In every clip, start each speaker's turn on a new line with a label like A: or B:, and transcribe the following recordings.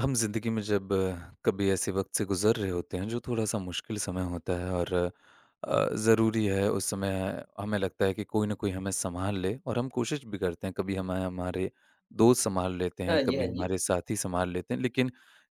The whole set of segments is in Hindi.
A: हम ज़िंदगी में जब कभी ऐसे वक़्त से गुज़र रहे होते हैं, जो थोड़ा-सा मुश्किल समय होता है और ज़रूरी है उस समय हमें लगता है कि कोई न कोई हमें सँभाल ले और हम कोशिश भी करते हैं, कभी हमें हमारे दोस्त सँभाल लेते
B: हाँ
A: हैं,
B: जी,
A: कभी
B: हाँ जी।
A: हमारे साथी सँभाल लेते हैं, लेकिन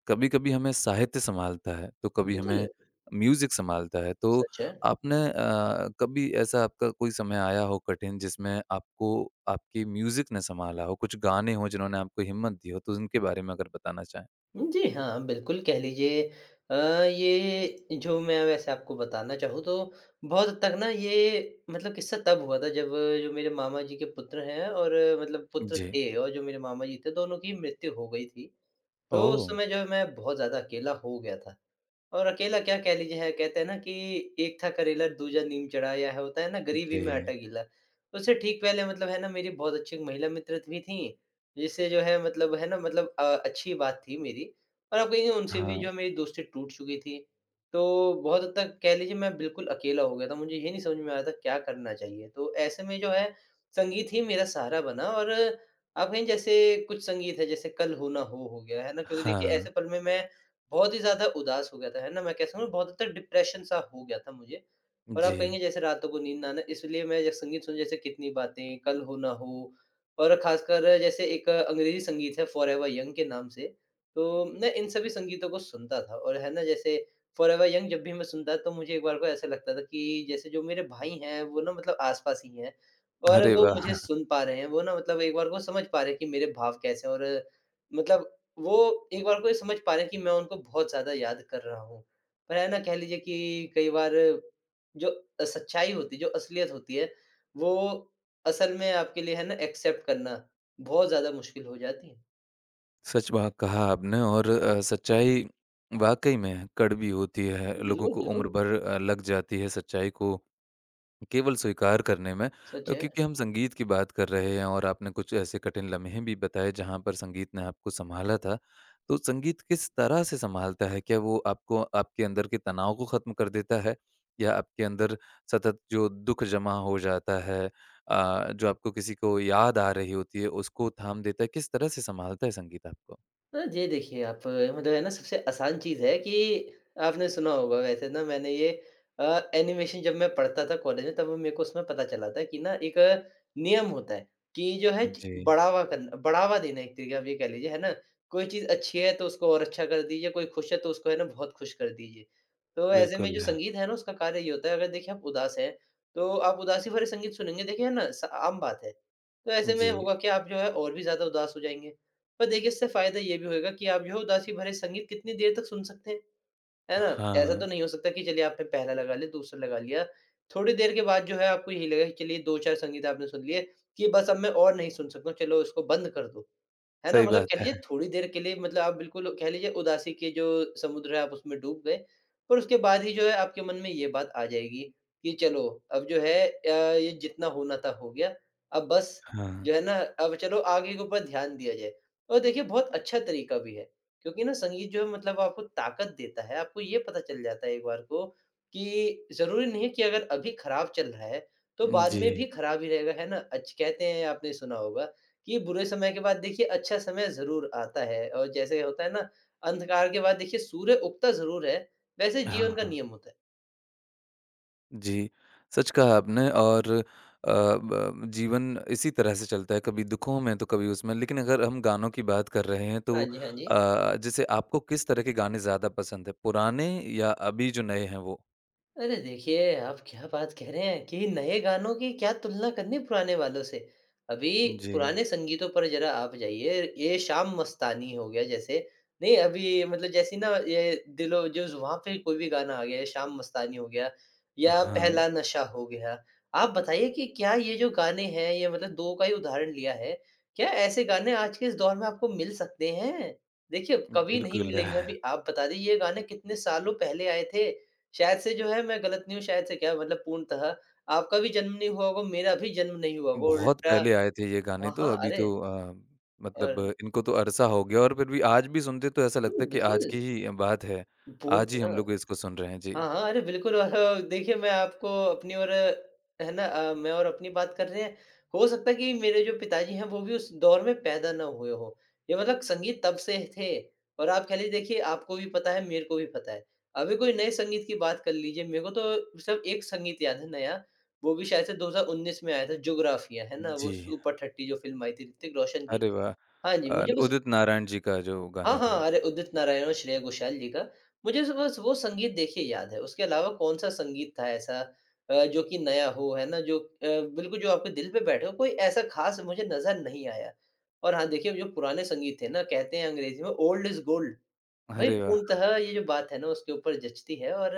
A: कभी-कभी हमें साहित्य सँभालता है, तो कभी
B: बिल्कुल,
A: हमें म्यूज़िक सँभालता है। तो
B: सच है।
A: आपने कभी ऐसा आपका कोई समय आया हो कठिन जिसमें आपको आपकी म्यूज़िक ने सँभाला हो, कुछ गाने हों जिन्होंने आपको हिम्मत दी हो, तो उनके बारे में अगर बताना चाहें?
B: जी हाँ, बिल्कुल कह लीजिए अ, ये जो मैं वैसे आपको बताना चाहूँ तो बहुत हद तक ना ये मतलब किस्सा तब हुआ था जब जो मेरे मामा जी के पुत्र हैं और मतलब पुत्र
A: जी।
B: थे, और जो मेरे मामा जी थे, दोनों की मृत्यु हो गई थी। तो उस
A: ओह!
B: समय जो है मैं बहुत ज़्यादा अकेला हो गया था। और अकेला क्या कह लीजिए है, कहते हैं ना कि एक था करेला दूजा नीम चढ़ा, या है होता है ना गरीबी
A: जी।
B: में आटा गीला। उससे ठीक पहले मतलब है ना मेरी बहुत अच्छी एक महिला मित्र भी थीं, जिससे जो है मतलब है ना मतलब अच्छी बात थी मेरी। और आप कहेंगे उनसे भी जो
A: हाँ,
B: है मेरी दोस्ती टूट चुकी थी। तो बहुत हद तक कह लीजिए मैं बिल्कुल अकेला हो गया था, मुझे ये नहीं समझ में आ रहा था क्या करना चाहिए। तो ऐसे में जो है संगीत ही मेरा सहारा बना, और आप कहें जैसे कुछ संगीत है जैसे कल हो ना हो गया है ना, क्योंकि देखिए
A: हाँ।
B: ऐसे पल में मैं बहुत ही ज़्यादा उदास हो गया था, है ना? मैं कह सकता हूँ बहुत हद तक डिप्रेशन-सा हो गया था मुझे। और
A: जी।
B: आप कहेंगे जैसे रातों को नींद ना आना, इसलिए मैं जब संगीत सुन जैसे कितनी बातें, कल हो ना हो, और ख़ासकर जैसे एक अंग्रेज़ी संगीत है फॉरएवर यंग के नाम से, तो मैं इन सभी संगीतों को सुनता था, और है ना जैसे फॉरएवर यंग जब भी मैं सुनता तो मुझे एक बार को ऐसा लगता था कि जैसे जो मेरे भाई हैं वो ना मतलब आस-पास ही हैं और
A: अरे
B: वो
A: वाह!
B: मुझे सुन पा रहे हैं, वो ना मतलब एक बार को समझ पा रहे हैं कि मेरे भाव कैसे हैं, और मतलब वो एक बार को ये समझ पा रहे हैं कि मैं उनको बहुत ज़्यादा याद कर रहा हूँ। पर है ना कह लीजिए कि कई बार जो सच्चाई होती है, जो असलियत होती है, वो असल में आपके लिए है ना एक्सेप्ट करना बहुत ज़्यादा मुश्किल हो जाती है।
A: सच बात कहा आपने और सच्चाई वाक़ई में कड़वी होती है, लोगों
B: बिल्कुल,
A: को
B: बिल्कुल।
A: उम्र भर लग जाती है सच्चाई को केवल स्वीकार करने में
B: सच है।
A: क्योंकि हम संगीत की बात कर रहे हैं और आपने कुछ ऐसे कठिन लम्हे भी बताए जहाँ पर संगीत ने आपको सँभाला था। तो संगीत किस तरह से सँभालता है? क्या वो आपको आपके अंदर के तनाव को ख़त्म कर देता है? या आपके अंदर सतत जो दुःख जमा हो जाता है, जो आपको किसी को याद आ रही होती है उसको थाम देता है? किस तरह से सँभालता है संगीत आपको?
B: ये देखिए आप मतलब है ना सबसे आसान चीज़ है कि आपने सुना होगा वैसे ना, मैंने ये एनिमेशन जब मैं पढ़ता था कॉलेज में तब मेरे को उसमें पता चला था कि ना एक नियम होता है कि जो है
A: जी,
B: बढ़ावा करना बढ़ावा देना एक तरीके आप ये कह लीजिए है ना, कोई चीज़ अच्छी है तो उसको और अच्छा कर दीजिए, कोई खुश है तो उसको है ना बहुत खुश कर दीजिए। तो ऐसे में जो
A: बिल्कुल है।
B: संगीत है ना उसका कार्य ये होता है, अगर देखिए आप उदास हैं तो आप उदासी भरे संगीत सुनेंगे, देखिए है ना आम बात है। तो ऐसे में
A: जी,
B: होगा कि आप जो है और भी ज्यादा उदास हो जाएंगे। पर देखिए इससे फ़ायदा ये भी होएगा कि आप जो है उदासी भरे संगीत कितनी देर तक सुन सकते हैं, है ना? ऐसा तो
A: हाँ,
B: नहीं हो सकता कि चलिए आपने पहला लगा लिया, दूसरा लगा लिया। थोड़ी देर के बाद जो है आपको यही लगेगा कि चलिए 2-4 संगीत आपने सुन लिए, कि बस अब मैं और नहीं सुन सकता हूँ, चलो इसको बंद कर दो। है ना?
A: सही
B: मतलब
A: बात
B: कह
A: है।
B: लीजिए थोड़ी देर के लिए मतलब आप बिल्कुल कह लीजिए उदासी के जो समुद्र है आप उसमें डूब गए। पर उसके बाद ही जो है आपके मन में ये बात आ जाएगी कि चलो अब जो है ये जितना होना था हो गया। अब बस
A: हाँ,
B: जो है ना अब चलो आगे के ऊपर ध्यान दिया जाए। और देखिए बहुत अच्छा तरीका भी है, क्योंकि ना संगीत जो है मतलब आपको ताकत देता है। आपको ये पता चल जाता है एक बार को कि ज़रूरी नहीं है कि अगर अभी खराब चल रहा है तो बाद
A: जी,
B: में भी खराब ही रहेगा, है ना? अच्छ कहते हैं आपने सुना होगा कि बुरे समय के बाद देखिए अच्छा समय ज़रूर आता है, और जैसे होता है ना, अंधकार के बाद देखिए सूर्य उगता ज़रूर है, वैसे जीवन का
A: हाँ।
B: नियम होता है।
A: जी, सच कहा आपने और अ, ब जीवन इसी तरह से चलता है, कभी दुखों में तो कभी उसमें। लेकिन अगर हम गानों की बात कर रहे हैं तो
B: हाँ जी, हाँ जी।
A: जैसे आपको किस तरह के गाने ज़्यादा पसंद हैं, पुराने या अभी जो नए हैं वो?
B: अरे देखिए, आप क्या बात कह रहे हैं कि नए गानों की क्या तुलना करनी पुराने वालों से। अभी
A: जी,
B: पुराने संगीतों पर ज़रा आप जाइए, ये शाम मस्तानी हो गया जैसे, नहीं अभी मतलब जैसी ना ये दिलो जो वहाँ पे कोई भी गाना आ गया, ये शाम मस्तानी हो गया या
A: हाँ,
B: पहला नशा हो गया। आप बताइए कि क्या ये जो गाने हैं, ये मतलब 2 का ही उदाहरण लिया है, क्या ऐसे गाने आज के इस दौर में आपको मिल सकते हैं? देखिए, कभी नहीं
A: बिल्कुल।
B: मिलेंगे। अभी आप बता दीजिए ये गाने कितने सालों पहले आए थे। शायद से जो है मैं गलत नहीं हूँ, शायद से क्या मतलब पूर्णतः आपका भी जन्म नहीं हुआ होगा, मेरा भी जन्म नहीं हुआ होगा,
A: बहुत
B: उल्टा
A: पहले आए थे ये गाने
B: हाँ,
A: तो
B: हाँ,
A: अभी
B: अरे
A: तो मतलब
B: और
A: इनको तो अरसा हो गया और फिर भी आज भी सुनते तो ऐसा लगता है
B: हुँ,
A: कि
B: बिल्कुल,
A: आज की ही बात है। आज ही हम
B: पूर्णतः।
A: लोग इसको सुन रहे हैं। जी।
B: हाँ, हाँ, अरे बिल्कुल, और देखिए मैं आपको अपनी और है ना मैं और अपनी बात कर रहे हैं। हो सकता है कि मेरे जो पिताजी हैं वो भी उस दौर में पैदा ना हुए हों। ये मतलब संगीत तब से थे, और आप कह लीजिए देखिए आपको भी पता है, मेरे को भी पता है। अभी कोई नए संगीत की बात कर लीजिए, मेरे को तो सिर्फ एक संगीत याद है नया, वो भी शायद से 2019 में आया था जुग्राफिया, है ना? वो
A: जी।
B: सुपर 30 जो फ़िल्म आई थी ऋतिक रोशन की।
A: अरे वाह!
B: हाँ जी, मुझे बस
A: उदित नारायण जी का जो
B: हाँ,
A: गाना था।
B: हाँ। अरे उदित नारायण और श्रेया घोषाल जी का। मुझे स बस वो संगीत देखिए याद है, उसके अलावा कौन-सा संगीत था ऐसा जो कि नया हो, है ना? जो बिल्कुल जो आपके दिल पे बैठे हो, कोई ऐसा ख़ास मुझे नज़र नहीं आया। और हाँ, देखिए जो पुराने संगीत थे ना, कहते हैं अंग्रेज़ी में ओल्ड इज़ गोल्ड। भई
A: अरे वाह!
B: पूर्णतः ये जो बात है ना उसके ऊपर जचती है, और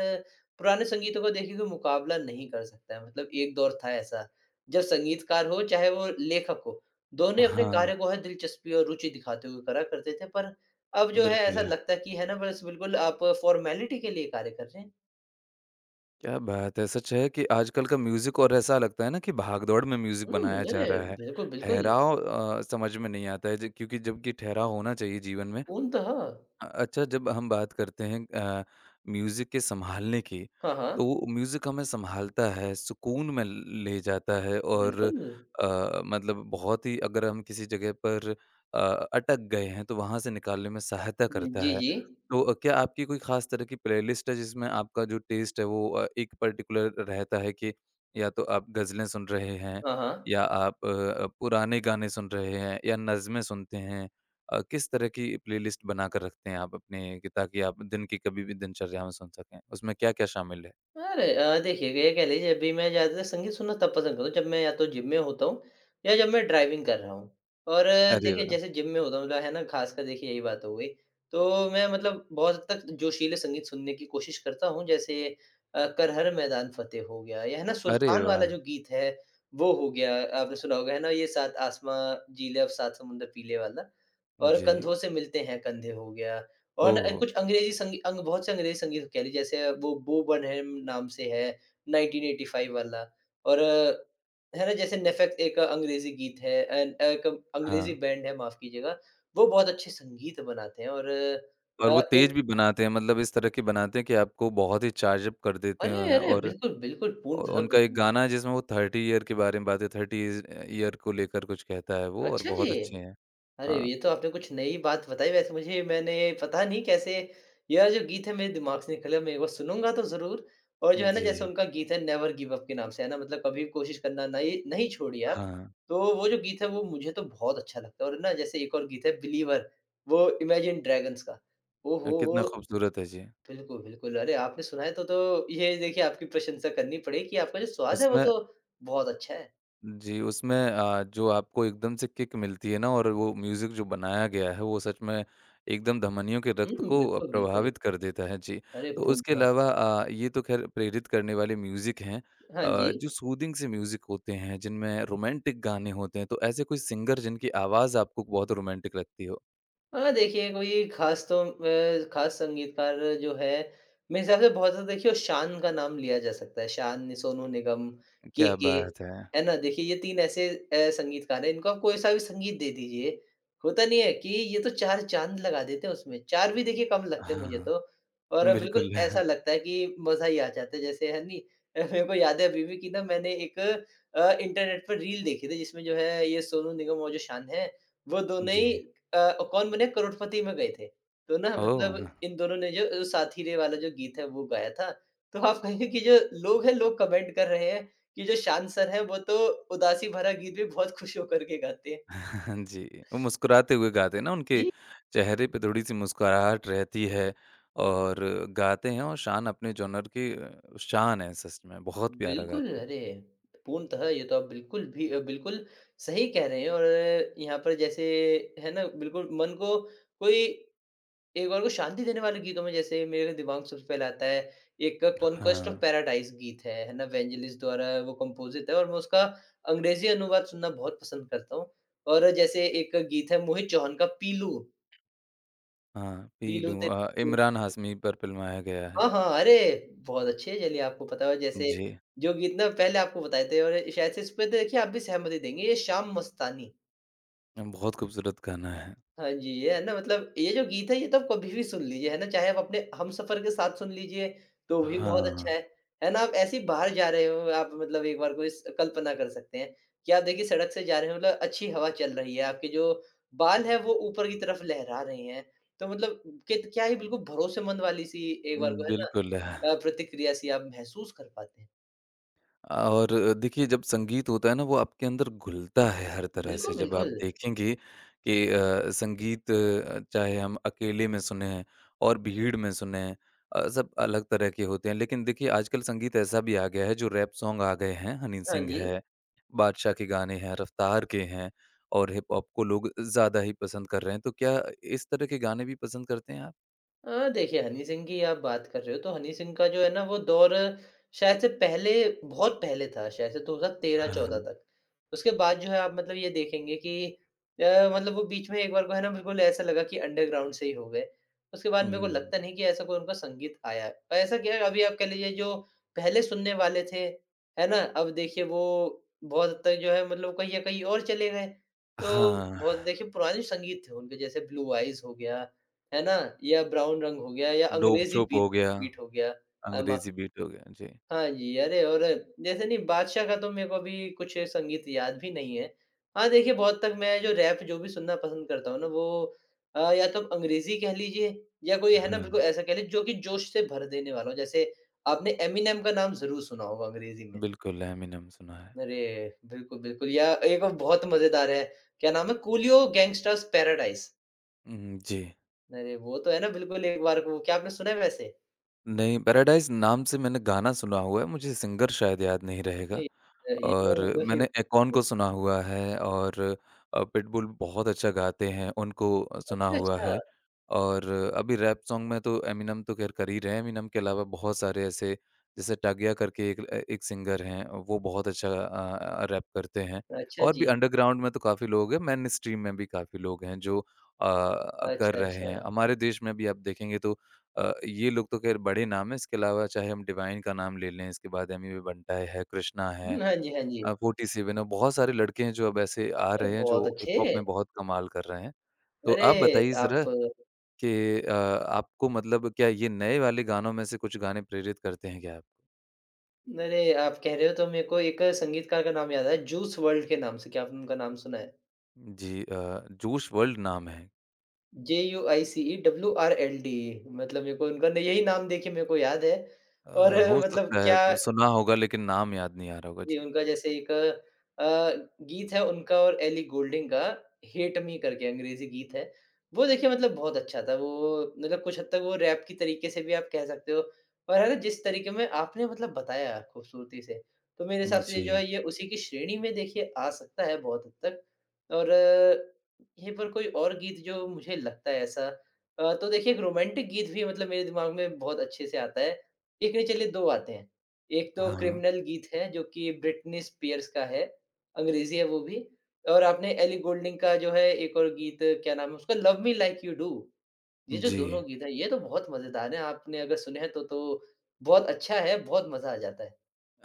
B: पुराने संगीतों का देखिए कोई मुकाबला नहीं कर सकता है। मतलब एक दौर था ऐसा, जब संगीतकार हो चाहे वो लेखक हो, दोनों ही अपने कार्य
A: हाँ,
B: को है दिलचस्पी और रुचि दिखाते हुए करा करते थे। पर अब जो है ऐसा
A: बिल्कुल है।
B: लगता है कि है ना बस बिल्कुल आप फ़ॉर्मेलिटी के लिए कार्य कर रहे हैं।
A: क्या बात है! सच है कि आजकल का म्यूज़िक और ऐसा लगता है ना कि भागदौड़ में म्यूज़िक बनाया
B: हुँ,
A: जा
B: अरे!
A: रहा है।
B: बिल्कुल, बिल्कुल,
A: ठहराव समझ में नहीं आता है ज क्योंकि जबकि ठहराव होना चाहिए जीवन में।
B: पूर्णतः।
A: अच्छा जब हम बात करते हैं, म्यूज़िक के सँभालने की,
B: हाँ,
A: तो
B: हाँ,
A: वो म्यूज़िक हमें सँभालता है, सुकून में ले जाता है और
B: बिल्कुल।
A: मतलब बहुत ही अगर हम किसी जगह पर अ, अटक गए हैं तो वहाँ से निकालने में सहायता
B: हुँ,
A: करता
B: जी,
A: है।
B: जी।
A: तो क्या आपकी कोई ख़ास तरह की प्लेलिस्ट है जिसमें आपका जो टेस्ट है वो एक पर्टिकुलर रहता है कि या तो आप ग़ज़लें सुन रहे हैं
B: हाँ, हाँ।
A: या आप पुराने गाने सुन रहे हैं या नज़्में सुनते हैं, किस तरह की प्लेलिस्ट बनाकर रखते हैं आप अपने कि ताकि आप दिन की कभी भी दिनचर्या में सुन सकें? उसमें क्या-क्या शामिल है?
B: अरे! देखिए ये कह लीजिए अभी मैं ज़्यादातर संगीत सुनना तब पसंद करता हूँ जब मैं या तो जिम में होता हूँ या जब मैं ड्राइविंग कर रहा हूँ। और
A: अरे
B: देखिए
A: वाह!
B: जैसे जिम में होता हूँ मतलब है ना ख़ासकर देखिए यही बात हो गई। तो मैं मतलब बहुत हद तक जोशीले संगीत सुनने की कोशिश करता हूँ जैसे कर हर मैदान फ़तेह हो गया, या है ना
A: अरे
B: सुल्तान वाला
A: वाह!
B: जो गीत है वो हो गया। आपने सुना होगा है ना ये सात आसमाँ जीले अब सात समुंदर पीले वाला, और
A: जी।
B: कंधों से मिलते हैं कंधे हो गया। और ना
A: ओह!
B: कुछ अंग्रेज़ी संगी अंग बहुत से अंग्रेज़ी संगीत कह लीजिए, जैसे वो बो बर्नहेम नाम से है 1985 वाला, और है ना, जैसे नेफेक्स एक अंग्रेज़ी गीत है एंड एक अंग्रेज़ी
A: हाँ।
B: बैंड है, माफ़ कीजिएगा। वो बहुत अच्छे संगीत बनाते हैं और
A: और वो
B: एक
A: तेज़ भी बनाते हैं मतलब इस तरह के बनाते हैं कि आपको बहुत ही चार्ज अप कर देते
B: अरे,
A: हैं
B: अरे!
A: और
B: बिल्कुल, बिल्कुल, पूर्णतः
A: उनका एक
B: बिल्कुल।
A: गाना है जिसमें वो 30 ईयर के बारे में बातें 30 इज़ ईयर को लेकर कुछ कहता है वो और
B: अच्छा जी।
A: बहुत अच्छे हैं।
B: अरे!
A: हाँ।
B: ये तो आपने कुछ नई बात बताई, वैसे मुझे मैंने पता नहीं कैसे यह जो गीत है मेरे दिमाग से निकला, मैं एक बार सुनूँगा तो ज़रूर। और जो है ना
A: जी।
B: जैसे उनका गीत है नेवर गिव अप के नाम से, है ना, मतलब कभी कोशिश करना नहीं नहीं छोड़िए आप।
A: हाँ।
B: तो वो जो गीत है वो मुझे तो बहुत अच्छा लगता है, और ना जैसे एक और गीत है बिलीवर, वो इमेजिन ड्रैगन्स का। ओहो!
A: कितना
B: वो
A: खूबसूरत है। जी।
B: बिल्कुल, बिल्कुल। अरे! आपने सुना है तो ये देखिए आपकी प्रशंसा करनी पड़ेगी कि आपका जो स्वाद है वो
A: उसमें
B: तो बहुत अच्छा है।
A: जी, उसमें जो आपको एकदम से किक मिलती है ना और वो म्यूज़िक जो बनाया गया है, वो सच में एकदम धमनियों के रक्त
B: हुँ,
A: को
B: बिल्कुल, बिल्कुल।
A: प्रभावित कर देता है। जी,
B: अरे!
A: तो उसके
B: पूर्णतः
A: अलावा ये तो ख़ैर प्रेरित करने वाले म्यूज़िक हैं,
B: हाँ जी।
A: जो सूदिंग से म्यूज़िक होते हैं, जिनमें रोमांटिक गाने होते हैं, तो ऐसे कोई सिंगर जिनकी आवाज़ आपको बहुत रोमांटिक लगती हो?
B: हाँ, देखिए कोई ख़ास तो ख़ास संगीतकार जो है, मेरे हिसाब से बहुत ज़्यादा देखिए शान का नाम लिया जा सकता है। शान, सोनू निगम,
A: क्या
B: केके,
A: बात है!
B: है ना? देखिए ये 3 ऐसे संगीतकार हैं, इनको आप कोई-सा भी संगीत दे दीजिए, होता नहीं है कि ये तो 4 चाँद लगा देते हैं उसमें, 4 भी देखिए कम लगते हैं मुझे
A: हाँ,
B: तो। और बिल्कुल
A: बिल्कुल।
B: ऐसा लगता है कि मज़ा ही आ जाता है जैसे है नहीं? मेरे को याद है अभी भी कि ना मैंने एक इंटरनेट पर रील देखी थी जिसमें जो है ये सोनू निगम और जो शान हैं, वो दोनों
A: जी,
B: ही कौन बने करोड़पति में गए थे। तो ना हुँ। मतलब
A: ओह!
B: इन दोनों ने जो साथी रे वाला जो गीत है वो गाया था। तो आप कहेंगे कि जो लोग हैं लोग कमेंट कर रहे हैं कि जो शान सर हैं वो तो उदासी भरा गीत भी बहुत खुश होकर के गाते हैं।
A: हाँ जी, वो मुस्कुराते हुए गाते हैं ना, उनके
B: जी,
A: चेहरे पे थोड़ी-सी मुस्कुराहट रहती है और गाते हैं और शान अपने जॉनर की शान है सच में, बहुत प्यारा
B: बिल्कुल
A: गाते हैं।
B: अरे! पूर्णतः ये तो आप बिल्कुल भी बिल्कुल सही कह रहे हैं और यहाँ पर जैसे है ना बिल्कुल मन को कोई एक बार को शांति देने वाले गीतों में जैसे मेरे दिमाग में सबसे पहले आता है एक कॉन्क्वेस्ट ऑफ
A: हाँ,
B: पैराडाइज गीत है ना? वेंजलिस द्वारा वो कंपोजिट है और मैं उसका अंग्रेज़ी अनुवाद सुनना बहुत पसंद करता हूँ। और जैसे एक गीत है मोहित चौहान का पीलू,
A: हाँ, पी
B: पीलू
A: लूँ
B: तेरे।
A: इमरान हाशमी पर फ़िल्माया गया है।
B: हाँ, हाँ, अरे! बहुत अच्छे है। चलिए आपको पता होगा जैसे
A: जी,
B: जो गीत ना पहले आपको बताए थे और शायद से इस पे तो देखिए आप भी सहमति देंगे, ये शाम मस्तानी।
A: बहुत खूबसूरत गाना है।
B: हाँ जी, ये है ना मतलब ये जो गीत है ये तो आप कभी भी सुन लीजिए, है ना? चाहे आप अपने हमसफ़र के साथ सुन लीजिए, तो भी बहुत अच्छा
A: हाँ,
B: है। है ना? आप ऐसे ही बाहर जा रहे हो, आप मतलब एक बार को इस कल्पना कर सकते हैं कि आप देखिए सड़क से जा रहे हो, मतलब अच्छी हवा चल रही है, आपके जो बाल हैं वो ऊपर की तरफ लहरा रहे हैं। तो मतलब कित क्या ही बिल्कुल भरोसेमंद वाली सी एक बार को है ना,
A: बिल्कुल।
B: प्रतिक्रिया सी आप महसूस कर पाते हैं।
A: और देखिए जब संगीत होता है ना वो आपके अंदर घुलता है हर तरह से
B: बिल्कुल,
A: जब आप
B: बिल्कुल।
A: देखेंगे कि संगीत चाहे हम अकेले में सुने हैं और भीड़ में सुने हैं, सब अलग तरह के होते हैं लेकिन देखिए आजकल संगीत ऐसा भी आ गया है जो रैप सॉन्ग आ गए हैं, हनी
B: हाँ
A: सिंह
B: जी।
A: है, बादशाह के गाने हैं, रफ्तार के हैं और हिप हॉप को लोग ज़्यादा ही पसंद कर रहे हैं, तो क्या इस तरह के गाने भी पसंद करते हैं आप?
B: देखिए हनी सिंह की आप बात कर रहे हो, तो हनी सिंह का जो है ना वो दौर शायद से पहले बहुत पहले था, शायद से 2013-14
A: हाँ।
B: तक। उसके बाद जो है आप मतलब ये देखेंगे कि मतलब वो बीच में एक बार को है ना बिल्कुल ऐसा लगा कि अंडरग्राउंड से ही हो गए। उसके बाद मेरे को
A: हुँ।
B: लगता नहीं कि ऐसा कोई उनका संगीत आया है। और ऐसा क्या है अभी आप कह लीजिए जो पहले सुनने वाले थे, है ना? अब देखिए वो बहुत हद तक जो है मतलब कहीं या कहीं और चले गए। तो
A: हाँ।
B: बहुत देखिए पुराने संगीत थे उनके, जैसे ब्लू आइज़ हो गया, है ना? या ब्राउन रंग हो गया या अंग्रेज़ी
A: डोप-छोप
B: बीट
A: हो गया,
B: बीट हो गया। अ, माफ
A: अंग्रेज़ी बीट हो गया। जी।
B: हाँ जी, अरे और जैसे नहीं बादशाह का तो मेरे को अभी कुछ संगीत याद भी नहीं है। हाँ, देखिए बहुत तक मैं जो रैप जो भी सुनना पसंद करता हूँ ना वो या तो अंग्रेज़ी कह लीजिए या कोई है ना
A: हाँ,
B: बिल्कुल ऐसा कह लीजिए जो कि जोश से भर देने वाला हो। जैसे आपने एमिनेम का नाम ज़रूर सुना होगा अंग्रेज़ी में।
A: बिल्कुल, एमिनेम सुना है।
B: अरे! बिल्कुल, बिल्कुल, या एक और बहुत मज़ेदार है, क्या नाम है? Coolio gangsters paradise.
A: जी।
B: अरे! वो तो है ना बिल्कुल एक बार को, क्या आपने सुना है वैसे?
A: नहीं, पैराडाइज़ नाम से मैंने गाना सुना हुआ है, मुझे सिंगर शायद याद नहीं रहेगा।
B: नहीं, ये ना
A: और
B: मतलब कि
A: मैंने एकोन को
B: वो।
A: सुना हुआ है और पिटबुल बहुत अच्छा गाते हैं, उनको सुना
B: अच्छा,
A: हुआ
B: अच्छा।
A: है। और अभी रैप सॉन्ग में तो एमिनेम तो ख़ैर कर ही रहे हैं, एमिनेम के अलावा बहुत सारे ऐसे जैसे टागिया करके एक सिंगर हैं, वो बहुत अच्छा रैप करते हैं।
B: अच्छा
A: और भी
B: जी।
A: अंडरग्राउंड में तो काफ़ी लोग हैं, मेन स्ट्रीम में भी काफ़ी लोग हैं जो कर
B: अच्छा,
A: रहे हैं।
B: अच्छा।
A: हमारे देश में भी आप देखेंगे तो ये लोग तो ख़ैर बड़े नाम हैं, इसके अलावा चाहे हम डिवाइन का नाम ले लें, इसके बाद एमी वे बंटा है, कृष्णा है।
B: हुँ, हाँ जी, हाँ जी।
A: 47 और बहुत सारे लड़के हैं जो अब ऐसे आ
B: अरे!
A: रहे हैं जो
B: बहुत
A: हिप हॉप
B: अच्छे।
A: में बहुत कमाल कर रहे हैं। तो आप
B: अरे!
A: बताइए
B: आप
A: ज़रा कि आपको मतलब क्या ये नए वाले गानों में से कुछ गाने प्रेरित करते हैं क्या आपको?
B: अरे! आप कह रहे हो तो मेरे को एक संगीतकार का नाम याद आया, जूस वर्ल्ड के नाम से, क्या आपने उनका नाम सुना है?
A: जी, जोश वर्ल्ड नाम है।
B: Juicewrld, मतलब मेरे को उनका न यही नाम देख के मेरे को याद है,
A: अ,
B: और
A: हो
B: मतलब
A: सकता
B: क्या।
A: है सुना होगा लेकिन नाम याद नहीं आ रहा होगा।
B: जी,
A: जी।
B: उनका जैसे एक अ, गीत है उनका और एली गोल्डिंग का "हेट मी" करके अंग्रेज़ी गीत है। वो देखिए मतलब बहुत अच्छा था। वो मतलब कुछ हद तक वो रैप के तरीके से भी आप कह सकते हो और है ना जिस तरीके में आपने मतलब बताया खूबसूरती से, तो मेरे हिसाब से ये
A: जी।
B: जो है ये उसी की श्रेणी में देखिए आ सकता है बहुत हद तक। और यहीं पर कोई और गीत जो मुझे लगता है ऐसा, तो देखिए एक रोमांटिक गीत भी मतलब मेरे दिमाग में बहुत अच्छे से आता है। एक नहीं, चलिए 2 आते हैं। एक तो
A: हाँ, हाँ।
B: क्रिमिनल गीत है जो कि ब्रिटनी स्पीयर्स का है, अंग्रेज़ी है वो भी, और आपने एली गोल्डिंग का जो है एक और गीत, क्या नाम है उसका, love me like you do. ये जो
A: जी।
B: दोनों गीत हैं ये तो बहुत मज़ेदार हैं, आपने अगर सुने हैं तो बहुत अच्छा है, बहुत मज़ा आ जाता है।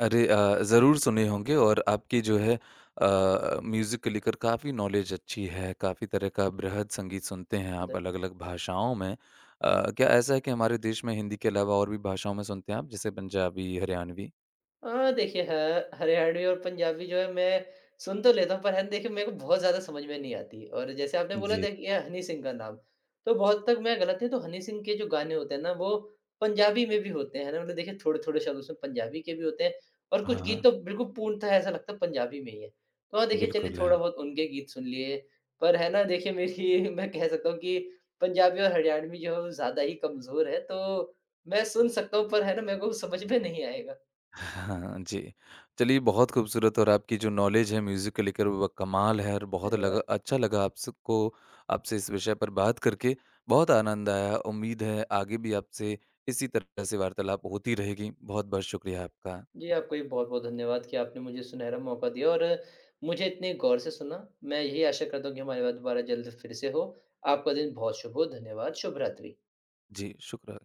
A: अरे, ज़रूर सुने होंगे और आपकी जो है, म्यूज़िक को लेकर काफ़ी नॉलेज अच्छी है, काफ़ी तरह का बृहद संगीत सुनते हैं आप अलग-अलग भाषाओं में। क्या ऐसा है कि हमारे देश में हिंदी के अलावा और भी भाषाओं में सुनते हैं आप जैसे पंजाबी, हरियाणवी?
B: देखिए ह हरियाणवी और पंजाबी जो है मैं सुन तो लेता हूँ पर है ना देखिए मेरे को बहुत ज़्यादा समझ में नहीं आती, और जैसे आपने बोला
A: जी।
B: देखिए हनी सिंह का नाम, तो बहुत तक मैं गलत है तो हनी सिंह के जो गाने होते हैं ना वो पंजाबी में भी होते हैं, है ना? मतलब देखिए थोड़े-थोड़े शब्द उसमें पंजाबी के भी होते हैं और
A: हाँ,
B: कुछ गीत
A: हाँ।
B: तो बिल्कुल पूर्णतः ऐसा लगता है पंजाबी में ही है। तो हाँ, देखिए चलिए
A: बिल्कुल। है।
B: थोड़ा बहुत उनके गीत सुन लिए, पर है ना देखिए मेरी मैं कह सकता हूँ कि पंजाबी और हरियाणवी जो है वो ज़्यादा ही कमज़ोर है, तो मैं सुन सकता हूँ पर है ना मेरे को समझ में नहीं आएगा।
A: हाँ, जी। चलिए बहुत खूबसूरत और आपकी जो नॉलेज है म्यूज़िक को लेकर वो कमाल है और बहुत लगा
B: धन्यवाद।
A: अच्छा लगा आपको, आपसे इस विषय पर बात करके बहुत आनंद आया। उम्मीद है आगे भी आपसे इसी तरह से वार्तालाप होती रहेगी। बहुत-बहुत शुक्रिया आपका।
B: जी, आपका भी बहुत-बहुत धन्यवाद कि आपने मुझे सुनहरा मौका दिया और मुझे इतने गौर से सुना। मैं यही आशा करता हूँ कि हमारी बात दोबारा जल्द फिर से हो। आपका दिन बहुत शुभ हो। धन्यवाद, शुभ रात्रि।
A: जी, शुक्र।